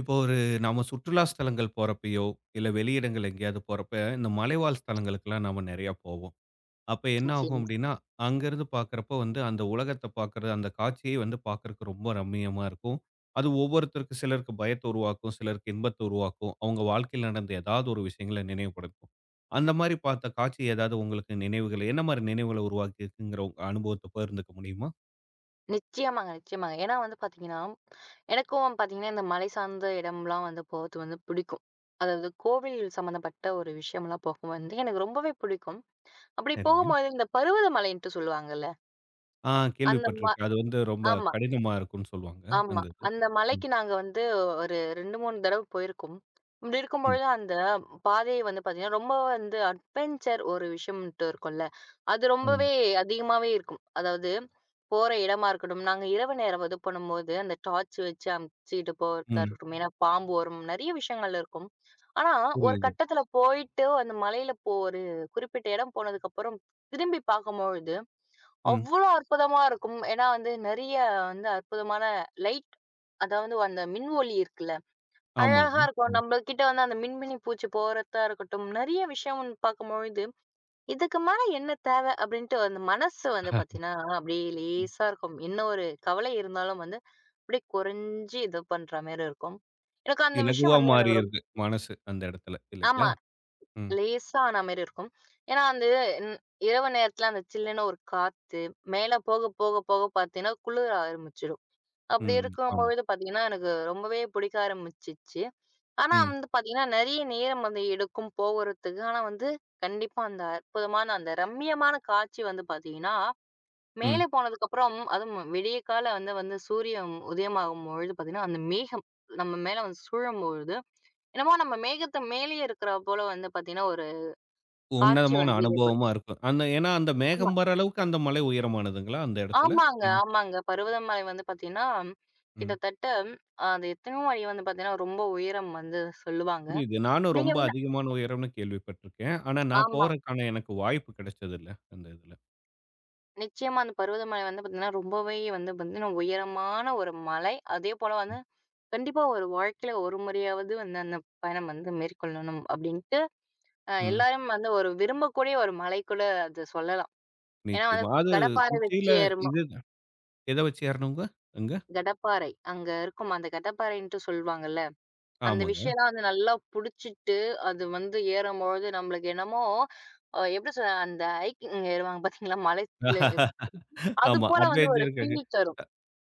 இப்போ ஒரு நாம சுற்றுலா ஸ்தலங்கள் போறப்பயோ, இல்ல வெளியிடங்கள் எங்கேயாவது போறப்ப, இந்த மலைவாழ் ஸ்தலங்களுக்குலாம் நாம நெறையா போவோம். அப்ப என்ன ஆகும் நிச்சயமா. அப்டின்னா, அங்கருந்து பார்க்குறப்ப வந்து அந்த உலகத்த பார்க்குறது, அந்த காட்சியே வந்து பார்க்குறக்கு ரொம்ப ரம்மியமா இருக்கும். அது ஒவ்வொருத்தருக்கு சிலருக்கு பயத்த உருவாக்கும், சிலருக்கு இன்பத்த உருவாக்கும். அவங்க வாழ்க்கையில நடந்த ஏதாவது ஒரு விஷயங்கள நினைவுபடுத்தும். அந்த மாரி பார்த்த காட்சி ஏதாவது உங்களுக்கு நினைவுகள என்ன மாரி நினைவுகள உருவாக்கியிருக்குங்கிற உங்க அனுபவத்த பகிர்ந்துக்க முடியுமா? நிச்சயமாங்க, நிச்சயமாங்க. ஏன்னா வந்து பார்த்தீங்கன்னா, எனக்கும் பார்த்தீங்கன்னா, இந்த மலை சார்ந்த இடம்லாம் வந்து போறது வந்து பிடிக்கும். அதாவது கோவில் சம்மந்தப்பட்ட ஒரு விஷயம்லாம் போக வந்து எனக்கு ரொம்பவே பிடிக்கும். அப்படி சரிங்க. போகும்போது இந்த பருவத மலைன்ட்டு சொல்லுவாங்கல்ல, ஆ, அந்த ம கேள்விப்பட்டுருக்கேன். அது வந்து ரொம்ப ஆமா. கடினமா இருக்கும்னு சொல்லுவாங்க, ஆமா. அந்த இது. அந்த மலைக்கு நாங்க வந்து ஒரு 2, 3 தடவ போயிருக்கோம். அப்படி ம். இருக்கும்பொழுது அந்த பாதை வந்து பார்த்தீங்கன்னா, ரொம்ப வந்து அட்வென்ச்சர் ஒரு விஷயம்ன்ட்டு இருக்கும்ல. அது ஆமா. ரொம்பவே அதிகமாவே இருக்கும். அதாவது போற இடமா இருக்கட்டும், நாங்க இரவு நேரம் இது பண்ணும்போது அந்த டார்ச் வச்சு அமுச்சுக்கிட்டு போறதா ம். இருக்கட்டும். ஏன்னா பாம்பு வரும். நெறைய விஷயங்கள் இருக்கும். ஆனா ஒரு புரியுது. கட்டத்துல போயிட்டு அந்த மலையில ஒரு குறிப்பிட்ட இடம் போனதுக்கப்புறம் திரும்பி பார்க்கும்பொழுது ம். அவ்ளோ அற்புதமா இருக்கும். ஏன்னா வந்து நெறைய வந்து அற்புதமான லைட், அதாவது அந்த மின் ஒளி இருக்குல்ல, ஆமாங்க. அழகா இருக்கும். ஆமா. நம்மகிட்ட வந்து அந்த மின்மினி பூச்சி போறதா இருக்கட்டும், நெறைய விஷயம் வந்து பார்க்கும்பொழுது, இதுக்கு மேல என்ன தேவை அப்படின்ட்டு அந்த மனசு வந்து பார்த்தீங்கன்னா, அப்படியே ம். லேசா இருக்கும். என்ன ஒரு கவலை இருந்தாலும் வந்து அப்படியே குறைஞ்சு இது பண்ற மாரி இருக்கும். எனக்கு அந்த விஷயம் இலகுவா வந்து எனக்கு ரொம்ப மாறிருது மனசு அந்த இடத்துல ஆமா. இல்லைங்களா? ம். லேசா ஆன மாரி இருக்கும். ஏன்னா, வந்து ன் இரவு நேரத்துல அந்த சில்லுன்னு ஒரு காத்து, மேல போக போக போக பார்த்தீங்கன்னா, குளிர ஆரம்பிச்சுடும். அப்படி ம். ஆமா. இருக்கும்பொழுது பார்த்தீங்கன்னா, எனக்கு ரொம்பவே பிடிக்க ஆரம்பிச்சுச்சு. ஆனா ம். வந்து பார்த்தீங்கன்னா, நெறைய நேரம் வந்து எடுக்கும் போகுறதுக்கு. ஆனா வந்து கண்டிப்பா அந்த அற்புதமான, அந்த ரம்மியமான காட்சி வந்து பார்த்தீங்கன்னா, ம். மேலே போனதுக்கப்புறம் அதுவும் விடிய கால வந்து வந்து சூரியன் உதயமாகும்பொழுது பார்த்தீங்கன்னா, அந்த மேகம் நம்ம மேல வந்து சூழும்பொழுது, என்னமோ நம்ம மேகத்து மேலேயே இருக்கிற போல வந்து பார்த்தீங்கன்னா, ஒரு காட்சி உன்னதமான வந்து ஏற்படும். அனுபவமா இருக்கும். அந்த ஏன்னா அந்த ஆமா. மேகம் வர அளவுக்கு அந்த மலை உயரமானதுங்களா அந்த இடத்துல? ஆமாங்க, நீங்க ஆமாங்க. பருவதமலை மலை வந்து பார்த்தீங்கன்னா, ம். கிட்டத்தட்ட அது எத்தனையோ அடி வந்து பார்த்தீங்கன்னா, ரொம்ப உயரம் வந்து சொல்லுவாங்க. புரியுது. நானும் நீங்க ரொம்ப வந்து அதிகமான உயரம்னு கேள்விப்பட்டுருக்கேன். ஆனா நான் ஆமா. போறதுக்கான எனக்கு வாய்ப்பு கிடைச்சதில்ல அந்த இதுல. நிச்சயமா அந்த பருவதமலை வந்து பார்த்தீங்கன்னா, ரொம்பவே வந்து பார்த்தீங்கன்னா, உயரமான ஒரு மலை. அதே போல வந்து கண்டிப்பா ஒரு வாழ்க்கையில ஒரு முறையாவது வந்து அந்த பயணம் வந்து மேற்கொள்ளணும் அப்டின்ட்டு, ம். எல்லாரும் வந்து ஒரு விரும்பக்கூடிய ஒரு மலை கூட அது சொல்லலாம். ஏன்னா வந்து நிச்சயமா. அது கடப்பாரை உச்சியில வச்சு ஏறும்போ இது எத வச்சு ஏறணுங்க? அங்க? கடப்பாரை அங்க இருக்கும் அந்த கடப்பாரைன்ட்டு சொல்வாங்கல்ல. அந்த ஆமாங்க. விஷயம்லாம் வந்து நல்லா புடிச்சிட்டு, அது வந்து ஏறும்பொழுது நம்மளுக்கு என்னமோ, எப்படி சொல்ல அந்த ஹைக்கிங் ஏறுவாங்க பார்த்தீங்களா? மலைல அது ஆமா. போல வந்து ஒரு அட்வென்ச்சர்க்காக ஃபீல் தரும். ச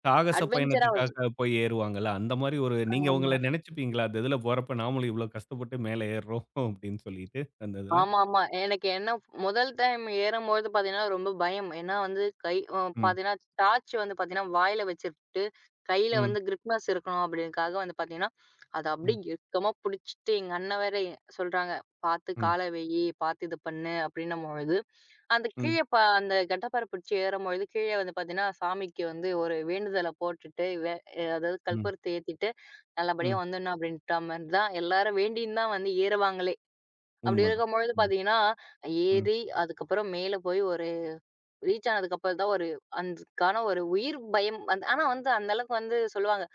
சாகச அட்வென்ச்சரா இருக்கும். பயணத்துக்காக போய் ஏறுவாங்கல்ல, அந்த மாரி ஒரு நீங்க ஆமா. உங்கள நெனச்சுப்பீங்களா? அந்த இதுல போறப்ப நாமளும் இவ்ளோ கஷ்டப்பட்டு மேல ஏறுறோம் அப்படின்னு சொல்லிட்டு, அந்த இதுல. ஆமாமா. எனக்கு என்ன முதல் டைம் ஏறும்போது பார்த்தீங்கன்னா, ரொம்ப பயம். ஏன்னா வந்து கை அ ம், பார்த்தீங்கன்னா, டார்ச் வந்து பார்த்தீங்கன்னா, வாயில வச்சுட்டு, கையில ம், வந்து கிரிப்னஸ் இருக்கணும் அப்படின்றதுக்காக வந்து பார்த்தீங்கன்னா, அத அப்படியே ம், இறுக்கமா புடிச்சுட்டு எங்க அண்ணன் வேற எ சொல்றாங்க, "பார்த்து ம், கால வையி, பார்த்து இது பண்ணு" அப்படின்னும்பொழுது, அந்த ம், கீழ அந்த கட்டப்பர பிடிச்சு ஏறும்பொழுது, கீழ வந்து பார்த்தீங்கன்னா, சாமிக்கு வந்து ஒரு வேண்டுதல போட்டுட்டு, வே அதாவது ம், கற்பூரத்த ஏத்திட்டு, நல்லபடியா ம். வந்துடணும் அப்படின்ற மாரி தான் எல்லாரும் வேண்டின்னு தான் வந்து ஏறுவாங்களே. அப்படி உண்மதான். இருக்கும்பொழுது ஆமா. பார்த்தீங்கன்னா, ம், ஏறி அதுக்கப்புறம் மேல போய் ஒரு ரீச் ஆனதுக்கப்புறம் தான் ஒரு அதுக்கான ஒரு உயிர் பயம் வந்து ஆனா வந்து அந்த அளவுக்கு வந்து சொல்லுவாங்க,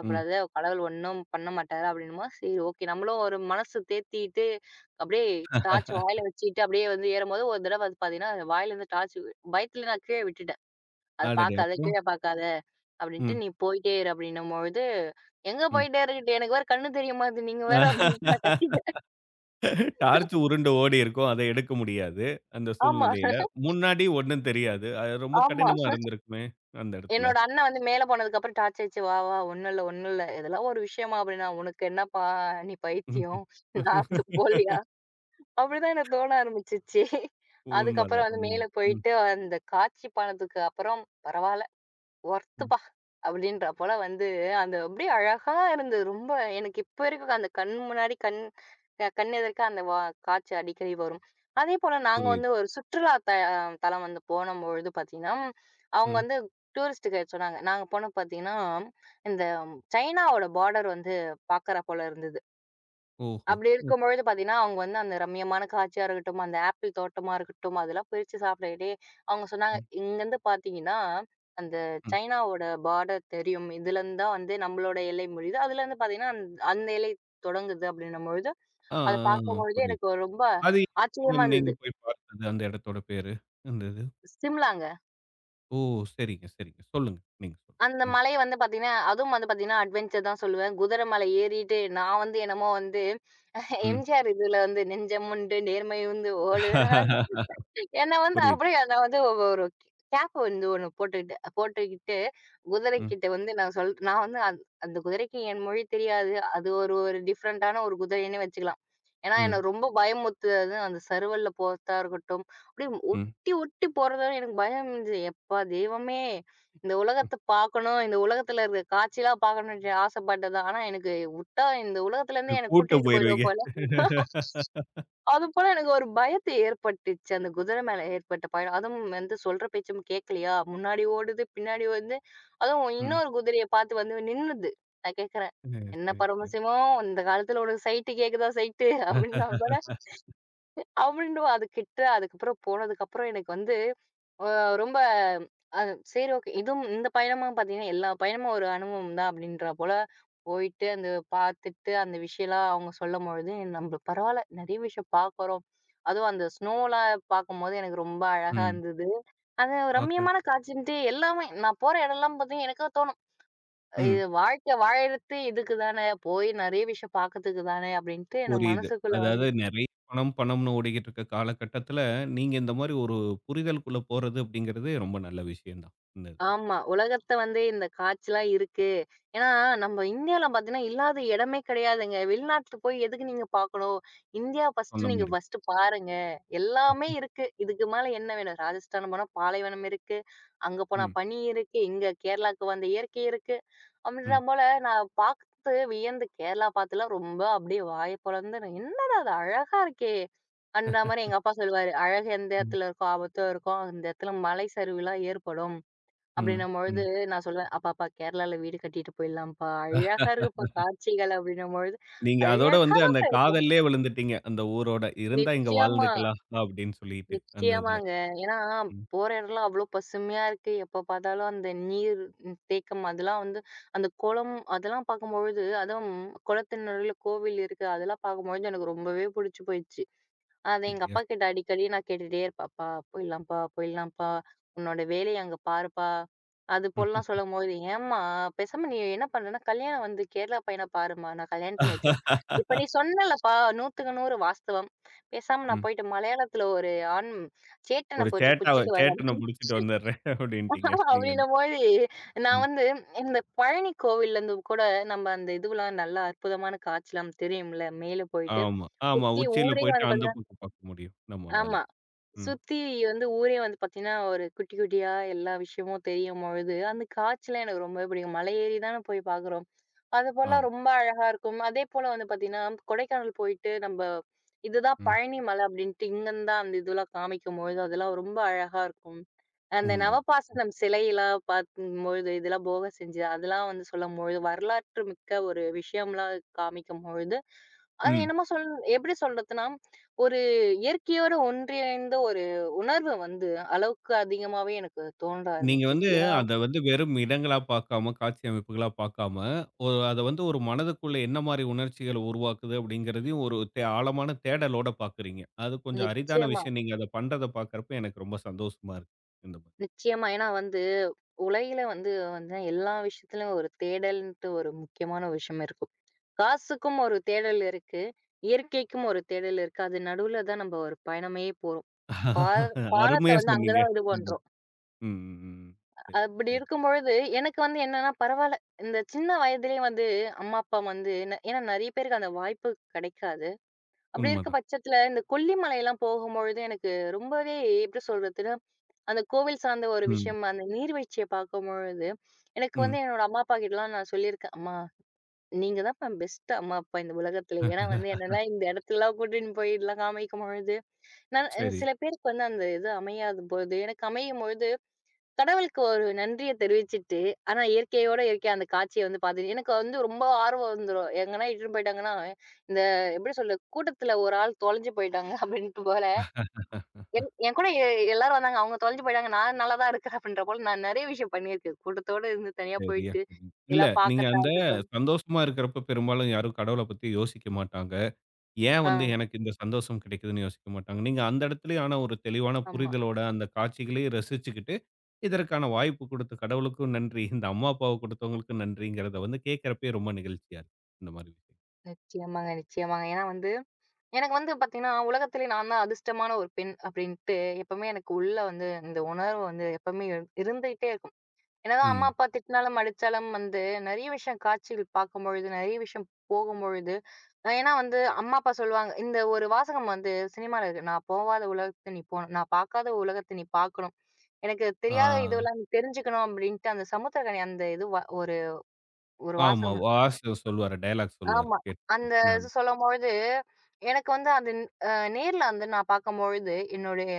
ம். கடவுள் ஒண்ணும் பண்ண மாட்டாரு." அப்படின்னும்போது, சரி ஓகே நம்மளும் ஒரு மனசு தேத்திட்டு, அப்படியே டார்ச் வாயில வச்சுட்டு அப்படியே வந்து ஏறும்போது, ஒரு தடவ அது பார்த்தீங்கன்னா, வாயிலேருந்து டார்ச் பயத்துல நான் கீழ விட்டுட்டேன். "அத அடடே! பார்க்காத, அப்புறம்? கீழ பார்க்காத" ம், அப்படின்ட்டு, "நீ போயிட்டே இரு" அப்படின்னும்பொழுது, "எங்க ம். போயிட்டே இருக்கட்டு? எனக்கு வேற கண்ணு தெரிய மாட்டுது. நீங்க வேற" அப்படின்ட்டு நான் கத்திட்டேன். டார்ச் உருண்டு ஓடியிருக்கும். அத எடுக்க முடியாது. அந்த ஆமா, சூழ்நிலையில. முன்னாடி ஒண்ணும் தெரியாது. அது ரொம்ப ஆமா. கடினமா இருந்திருக்குமே! அந்த இடத்துல. என்னோட அண்ணன் வந்து மேல போனதுக்கு அப்புறம் டார்ச் அடிச்சு, "வா, வா ஒண்ணும் இல்ல, ஒண்ணும் இல்ல. இதெல்லாம் ஒரு விஷயமா?" அப்படின்னா, "உனக்கு என்னப்பா நீ பைத்தியம். நான் போலியா?" அப்படிதான் எனக்கு தோண ஆரம்பிச்சுச்சு. அதுக்கப்புறம் உண்மதான், வந்து உண்ம. மேல ம். போயிட்டு அந்த காட்சி பானத்துக்கு அப்புறம் பரவால்ல. ம். ஒர்த்துப்பா! அப்படின்ற போல வந்து அந்த அப்படியே அழகா இருந்தது. ரொம்ப எனக்கு இப்ப வரைக்கும் அந்த கண் முன்னாடி கண் அ கண் எதிர்க்க அந்த வா காட்சி அடிக்கடி வரும். அதேபோல நாங்க புரியுது. வந்து ஒரு சுற்றுலா தலம் வந்து போனம்பொழுது பார்த்தீங்கன்னா, அவங்க ம். வந்து டூரிஸ்ட் கைட் சொன்னாங்க. நாங்க போனப்ப பார்த்தீங்கன்னா, இந்த சைனாவோட பார்டர் வந்து பார்க்கற போல இருந்தது. ஓஹோ! அப்படி ஓகே. இருக்கும்பொழுது பார்த்தீங்கன்னா, அவங்க வந்து அந்த ரம்மியமான காட்சியா இருக்கட்டும், அந்த ஆப்பிள் தோட்டமா இருக்கட்டும், அதெல்லாம் பிரிச்சு சாப்பிடயிலே, அவங்க சொன்னாங்க, ம், "இங்கருந்து பார்த்தீங்கன்னா, அந்த ம். சைனாவோட பார்டர் தெரியும். இதுலருந்து தான் வந்து நம்மளோட எல்லை முடியுது. அதுலருந்து பார்த்தீங்கன்னா, அந்த எல்லை தொடங்குது." அப்படின்னும்பொழுது, ஆ, ஆ, அத ஆ. பார்க்கும்பொழுது புரியுது. எனக்கு ரொம்ப அது ஆச்சரியமா இடம் நீங்க இருந்தது. போய் பார்த்தது அந்த இடத்தோட பேரு? அந்த இது. சிம்லாங்க. ஓ! சரிங்க, சரிங்க. சொல்லுங்க. நீங்க சொல்லுங்க. அந்த ம், மலை வந்து பார்த்தீங்கன்னா, அதுவும் வந்து பார்த்தீங்கன்னா, அட்வென்ச்சர் தான் சொல்லுவேன். குதிரை மலை ஏறிட்டு நான் வந்து என்னமோ வந்து ம். எம்ஜிஆர் இதுல வந்து "நெஞ்சமுண்டு நேர்மை உண்டு ஓடுறா என்ன வந்து புரியுது. அப்படியே நான் வந்து ஒரு கேப் வந்து ஒண்ணு போட்டுக்கிட்டு போட்டுக்கிட்டு, ம், குதிரைக்கிட்ட வந்து நான் வந்து அந்த குதிரைக்கு என் மொழி தெரியாது. அது ஒரு ஒரு டிஃபரண்டான ஒரு குதிரைன்னே வச்சுக்கலாம். ஏன்னா, என்ன ம், ரொம்ப பயமுறுத்துது அந்த சறுவல்ல போறதா இருக்கட்டும், அப்படியே ம், ஒட்டி ஒட்டி போறதா எனக்கு பயம் இருந்துச்சு. எப்பா தெய்வமே! இந்த ம். உலகத்த பார்க்கணும், இந்த உலகத்துல இருக்கிற காட்சிலாம் பார்க்கணும்ன்ட்டு ஆசைப்பட்டது. ஆனா, எனக்கு உட்டா இந்த உலகத்துலருந்து என்ன கூட்ட கூட்டிட்டு போயிடுவ போயிருவீங்க. போல. அது போல எனக்கு ஒரு பயத்தை ஏற்பட்டுச்சு. அந்த குதிரை மேல ஏற்பட்ட பயம். அதுவும் வந்து சொல்ற பேச்சும் கேட்கலையா? முன்னாடி ஓடுது, பின்னாடி ஓடுது. அதுவும் ம். இன்னொரு குதிரைய பார்த்து வந்து நின்னுது. நான் கேட்கிறேன், சரி, "என்ன சரி, சரி. பரமசிவம், இந்த காலத்துல உனக்கு சைட்டு கேக்குதா சைட்டு?" அப்படின்னா போல அவண்டும் அதுக்கிட்ட அதுக்கப்புறம் போனதுக்கப்புறம் எனக்கு வந்து அ ரொம்ப அ சரி ஓகே. இதுவும் இந்த பயணமும் பார்த்தீங்கன்னா, எல்லா பயணமும் ஒரு அனுபவம் தான் அப்படின்றா போல போயிட்டு, அந்த பார்த்துட்டு, அந்த விஷயம்லாம் அவங்க சொல்லும்பொழுது, நம்ம பரவால்ல நெறைய விஷயம் பார்க்குறோம். அதுவும் அந்த ஸ்னோலாம் பார்க்கும்போது எனக்கு ரொம்ப அழகா ம். இருந்தது. அது ஒரு பாக்க ரம்மியமான காட்சின்ட்டு எல்லாமே நான் போற இடம்லாம் பார்த்தீங்கன்னா, எனக்கா தோணும். ம். இது வாழ்க்கை வாழறது இதுக்கு தானே, போய் நெறைய விஷயம் பார்க்கறதுக்கு தானே அப்படின்ட்டு என் புரியுது. மனசுக்குள்ள அதாவது நெறைய பணம், பணம்னு ஓடிக்கிட்டு இருக்க காலகட்டத்தில, நீங்க இந்த மாரி ஒரு புரிதலுக்குள்ள போறது அப்படிங்கிறது ரொம்ப நல்ல விஷயம் தான். இந்த இதுல. ஆமா. உலகத்த வந்து இந்த காய்ச்சலாம் இருக்கு. ஏன்னா, நம்ம இந்தியால பார்த்தீங்கன்னா, இல்லாத இடமே கிடையாதுங்க. வெளிநாட்டுக்கு போய் எதுக்கு நீங்க பார்க்கணும்? இந்தியா ஃபர்ஸ்ட்டு சொன்ன நீங்க மாரி. ஃபர்ஸ்ட்டு பாருங்க. எல்லாமே இருக்கு. இதுக்கு மேல என்ன வேணும்? ராஜஸ்தான் போனா பாலைவனம் இருக்கு. அங்க போனா ம், பனி இருக்கு. இங்க கேரளாக்கு வந்த இயற்கை இருக்கு. அப்படின்ற ம், போல நான் பார்த்து வியந்து கேரளா பார்த்துலாம் ரொம்ப அப்படியே வாய பொளந்து, "நான் "என்னடா அது அழகா இருக்கே!" அப்படின்ற மாரி எங்க அப்பா சொல்லுவாரு. "அழகு எந்த ம். இடத்துல இருக்கோ, ஆபத்தோ இருக்கும். அந்த இடத்துல மலை சரிவுலாம் ஏற்படும்." ம், அப்படின்னும்பொழுது ம். நான் சொல்லுவேன், "அப்பாப்பா கேரளால வீடு கட்டிட்டு போயிடலாம்ப்பா. அழகா இருக்குப்பா காட்சிகள்" அப்படின்னும்பொழுது, நீங்க அதோட வந்து அந்த அழகாதாங்க இருக்கும். காதல்லயே விழுந்துட்டீங்க. அந்த ஊரோட. இருந்தா இங்க நிச்சயமா, வாழ்ந்துக்கலாம் அப்படின்னு சொல்லிட்டு அந்த இதுல. நிச்சயமாங்க. ஏன்னா, ம். போற இடம்லாம் அவ்வளோ பசுமையா இருக்கு. எப்ப பார்த்தாலும் அந்த நீர் தேக்கம் அதெல்லாம் வந்து அந்த குளம் அதெல்லாம் பார்க்கும்பொழுது, அதுவும் குளத்தின் நடுவுல கோவில் இருக்கு. அதெல்லாம் பார்க்கும்பொழுது எனக்கு ரொம்பவே புடிச்சு போயிடுச்சு. அத எங்க சரியா அப்பா சொ- கிட்ட அடிக்கடி நான் கேட்டுட்டே இருப்பேன். "அப்பா போயிடலாம்ப்பா, போயிடலாம்ப்பா. உன்னோட வேலைய அங்க பாருப்பா." அது ம், போலலாம் சொல்லும்போது, "ஏம்மா பேசாம நீ என்ன பண்றன்னா, கல்யாணம் வந்து கேரளா பையன பாரும்மா. நான் கல்யாணம் பண்ணி வச்சுர்றேன்." இப்ப நீ சொன்னல்லப்பா 100க்கு 100 வாஸ்தவம். பேசாம நான் ம். போயிட்டு மலையாளத்துல ஒரு ஆண் சேட்டன ஒரு புடிச்சிட்டு வரேன் சேட்டன புடிச்சுட்டு வந்துடுறேன் அப்படின்ட்டீங்க. அப்படின்னு நீங்க அப்படின்னும்போது, நான் ம். வந்து இந்த பழனி கோவில்லருந்து கூட நம்ம அந்த இதுவெல்லாம் நல்லா அற்புதமான காட்சிலாம் தெரியும்ல. மேல போயிட்டு ஆமா, ஆமா. சுத்தி உச்சியில ஊரே போயிட்டு வந்து அந்த பாத்தீங்கன்னா பக்கம் பார்க்க முடியும் நம்மளால. ஆமா. ம். சுத்தி வந்து ஊரே வந்து பார்த்தீங்கன்னா, ஒரு குட்டி குட்டியா எல்லா விஷயமும் தெரியும்பொழுது, அந்த காட்சிலாம் எனக்கு ரொம்பவே பிடிக்கும். மலை ஏறி தானே போய் பார்க்குறோம். அதுபோலாம் ஆமா. ரொம்ப அழகா இருக்கும். அதேபோல வந்து பார்த்தீங்கன்னா, கொடைக்கானல் போயிட்டு நம்ப இதுதான் ம். பழனி மலை அப்படின்ட்டு இங்கன்னு தான் அந்த இதெல்லாம் காமிக்கும்பொழுது, அதெல்லாம் ரொம்ப அழகா இருக்கும். அந்த உண்மதான். நவபாசனம் சிலையெல்லாம் பார்க்கும்பொழுது, இதெல்லாம் போக செஞ்சது அதெல்லாம் வந்து சொல்லும்பொழுது, வரலாற்று மிக்க ஒரு விஷயம்லாம் காமிக்கும்பொழுது, அது ம். என்னமோ எப்படி சொல்றதுன்னா, ஒரு இயற்கையோடு ஒன்றிணைந்த ஒரு உணர்வு வந்து அளவுக்கு அதிகமாவே எனக்கு தோன்ற நீங்க வந்து ஆரம்பிச்சுச்சு. ஏன்னா அத வந்து வெறும் இடங்களா பார்க்காம, காட்சி அமைப்புகளா பார்க்காம, ஒரு அத வந்து ஒரு மனதுக்குள்ள என்ன மாரி உணர்ச்சிகள உருவாக்குது அப்படிங்கிறதையும் ஒரு ஆழமான தேடலோட பார்க்குறீங்க. அது கொஞ்சம் அரிதான நிச்சயமா. விஷயம். நீங்க அத பண்றத பார்க்கறப்ப எனக்கு ரொம்ப சந்தோஷமா இருக்கு. இந்த மாரி. நிச்சயமா. ஏன்னா வந்து, உலகில வந்து வந்து எல்லா விஷயத்துலயும் ஒரு தேடல்ன்ட்டு ஒரு முக்கியமான விஷயம் இருக்கும். காசுக்கும் ஒரு தேடல் இருக்கு. இயற்கைக்கும் ஒரு தேடல் இருக்கு. அது நடுவுல தான் நம்ம ஒரு பயணமே போறோம். பால் பாலத்த அருமையா வந்து அங்க சொன்னீங்க. தான் இது பண்றோம். ம், ம், ம். சரி, அப்படி சரி. இருக்கும்பொழுது, எனக்கு வந்து என்னன்னா பரவால்ல. இந்த சின்ன வயதிலேயே வந்து அம்மா, அப்பா வந்து என்ன ஏன்னா நெறைய பேருக்கு அந்த வாய்ப்பு கிடைக்காது. அப்படி இருக்க உண்மதான். பட்சத்துல இந்த கொல்லிமலைலாம் போகும்பொழுது எனக்கு ரொம்பவே எப்படி சொல்றதுன்னா அந்த கோவில் சார்ந்த ஒரு ம், விஷயம், அந்த நீர்வீழ்ச்சிய பார்க்கும்பொழுது, எனக்கு ம். வந்து என்னோட அம்மா, அப்பா கிட்டலாம் நான் சொல்லியிருக்கேன். அம்மா, நீங்க தான் மேம் பெஸ்ட் அம்மா, அப்பா இந்த உலகத்தில. ஏன்னா வந்து என்னலாம் இந்த இடத்துலலாம் கூட்டின்னு போய் இதெல்லாம் காமிக்கும்பொழுது, நான் எனக்கு சரி, சில பேருக்கு வந்து அந்த இது அமையாதபோது, எனக்கு அமையும்பொழுது, கடவுளுக்கு ஒரு நன்றிய தெரிவிச்சுட்டு, ஆனா இயற்கையோட இயற்கையா அந்த காட்சிய வந்து பார்த்துட்டு, எனக்கு வந்து ரொம்ப ஆர்வம் வந்துரும். எங்கன்னா இட்டுன்னு போயிட்டாங்கன்னா, இந்த எப்படி சொல்றது, கூட்டத்தில ஒரு ஆள் தொலைஞ்சு போயிட்டாங்க அப்படின்ட்டு போல என் என் கூட எ எல்லாரும் வந்தாங்க. அவங்க தொலைஞ்சு போயிட்டாங்க. நான் நல்லா தான் இருக்கிறேன் அப்படின்ற போல, நான் நெறைய விஷயம் பண்ணியிருக்கேன். கூட்டத்தோட இருந்து தனியா சரியா போயிட்டு, சொன்னீங்க. இல்ல, எல்லாம் நீங்க பார்க்கத்தா அந்த இருக்கட்டும். சந்தோஷமா இருக்கிறப்ப பெரும்பாலும் யாரும் கடவுள பத்தி யோசிக்க மாட்டாங்க. ஏன் வந்து ஆ, எனக்கு இந்த சந்தோஷம் கிடைக்குதுன்னு யோசிக்க மாட்டாங்க. நீங்க அந்த இடத்துலயும் ஆனா ஒரு தெளிவான ஆமா. புரிதலோட அந்த காட்சிகளையும் ரசிச்சுக்கிட்டு, இதற்கான வாய்ப்பு குடுத்த கடவுளுக்கும் நன்றி, இந்த அம்மா, அப்பாவ குடுத்தவங்களுக்கும் நன்றிங்கிறத வந்து கேட்கிறப்பயே ரொம்ப நெகிழ்ச்சியா இருக்கு. இந்த மாரி விஷயம். நிச்சயமாங்க, நிச்சயமாங்க. ஏன்னா வந்து, எனக்கு வந்து பார்த்தீங்கன்னா, உலகத்திலே நான் தான் அதிர்ஷ்டமான ஒரு பெண் அப்படின்ட்டு எப்பவுமே எனக்கு உள்ள வந்து இந்த உணர்வு வந்து எப்பவுமே இருந்துகிட்டே இருக்கும். என்னதான் அம்மா, ம். அப்பா திட்டினாலும், அடிச்சாலும் வந்து நெறைய விஷயம் காட்சிகள் பார்க்கும்பொழுது, நெறைய விஷயம் போகும்பொழுது, ஏன்னா வந்து அம்மா, அப்பா சொல்லுவாங்க, இந்த ஒரு வாசகம் வந்து சினிமால இருக்கு. "நான் போவாத உலகத்த நீ போணும். நான் பார்க்காத உலகத்த நீ பார்க்கணும். எனக்கு ஆ. தெரியாத இதுவெல்லாம் நீ தெரிஞ்சுக்கணும்." அப்படின்ட்டு அந்த சமுத்திரக்கனி அந்த இது வ ஒரு ஒரு ஆமா. வாசகம் இருக்கும். வாசு சொல்லுவாரு. டயலாக் சொல்லுவாரு. ஆமா. அந்த கேட்டுருக்கேன். நான் இது சொல்லும்பொழுது, எனக்கு வந்து அது அ நேர்ல வந்து நான் பார்க்கும்பொழுது, என்னுடைய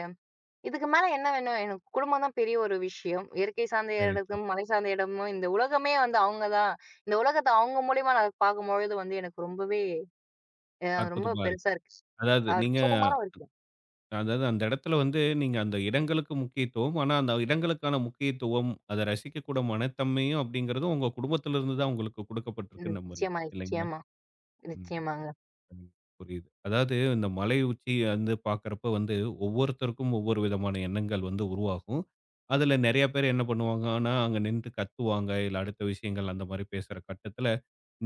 இதுக்கு மேல என்ன வேணும்? எனக்கு குடும்பம் தான் பெரிய ஒரு விஷயம். இயற்கை சார்ந்த சரி, சரி. இடமும், மலை சார்ந்த இடமும் இந்த உலகமே வந்து அவங்க தான். இந்த உலகத்த அவங்க மூலியமா நான் பார்க்கும்பொழுது வந்து எனக்கு ரொம்பவே அ ரொம்ப அற்புதமா இருக்கு. பெருசா இருக்கு. அதாவது நீங்க அற்புதமான ஒரு விஷயம். அதாவது அந்த இடத்துல வந்து நீங்க அந்த இடங்களுக்கு முக்கியத்துவம். ஆனா, அந்த இடங்களுக்கான முக்கியத்துவம், அத ரசிக்கக்கூட மனத்தன்மையும் அப்படிங்கிறதும் உங்க குடும்பத்தில இருந்து தான் உங்களுக்கு ம். குடுக்கப்பட்டிருக்குன்னு நம்புறீங்க. நிச்சயமா, இல்லைங்களா? நிச்சயமா, ம். நிச்சயமாங்க. ம். புரியுது. அதாவது இந்த மலை உச்சி வந்து பார்க்கறப்ப வந்து ஒவ்வொருத்தருக்கும் ஒவ்வொரு விதமான எண்ணங்கள் வந்து உருவாகும். அதுல நெறைய பேர் என்ன பண்ணுவாங்கன்னா, அங்க நின்னுட்டு கத்துவாங்க. இல்ல அடுத்த விஷயங்கள் அந்த மாரி பேசுற கட்டத்துல,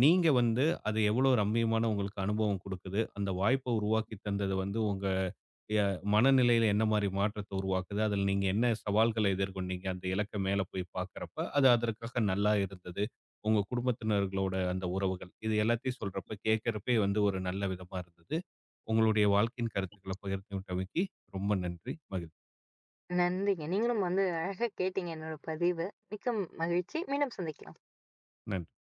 நீங்க வந்து அது எவ்வளோ ரம்மியமான உங்களுக்கு அனுபவம் குடுக்குது. அந்த வாய்ப்ப உருவாக்கி தந்தது வந்து உங்க ய மனநிலையில என்ன மாரி மாற்றத்த உருவாக்குது? அதுல நீங்க என்ன சவால்கள எதிர்கொண்டீங்க? அந்த இலக்க மேல போய் பார்க்கிறப்ப, அது அதற்காக நல்லா இருந்தது. உங்க குடும்பத்தினர்களோட அந்த உறவுகள். இது எல்லாத்தையும் சொல்றப்ப கேட்கிறப்பயே வந்து ஒரு நல்ல விதமா இருந்தது. உங்களுடைய வாழ்க்கையின் கருத்துக்கள பகிர்ந்துகிட்டமைக்கு ரொம்ப நன்றி. மகிழ்ச்சி. நன்றிங்க. நீங்களும் வந்து அழகா கேட்டீங்க என்னோட பதிவு. மிக்க மகிழ்ச்சி. மீண்டும் சந்திக்கலாம். நன்றி.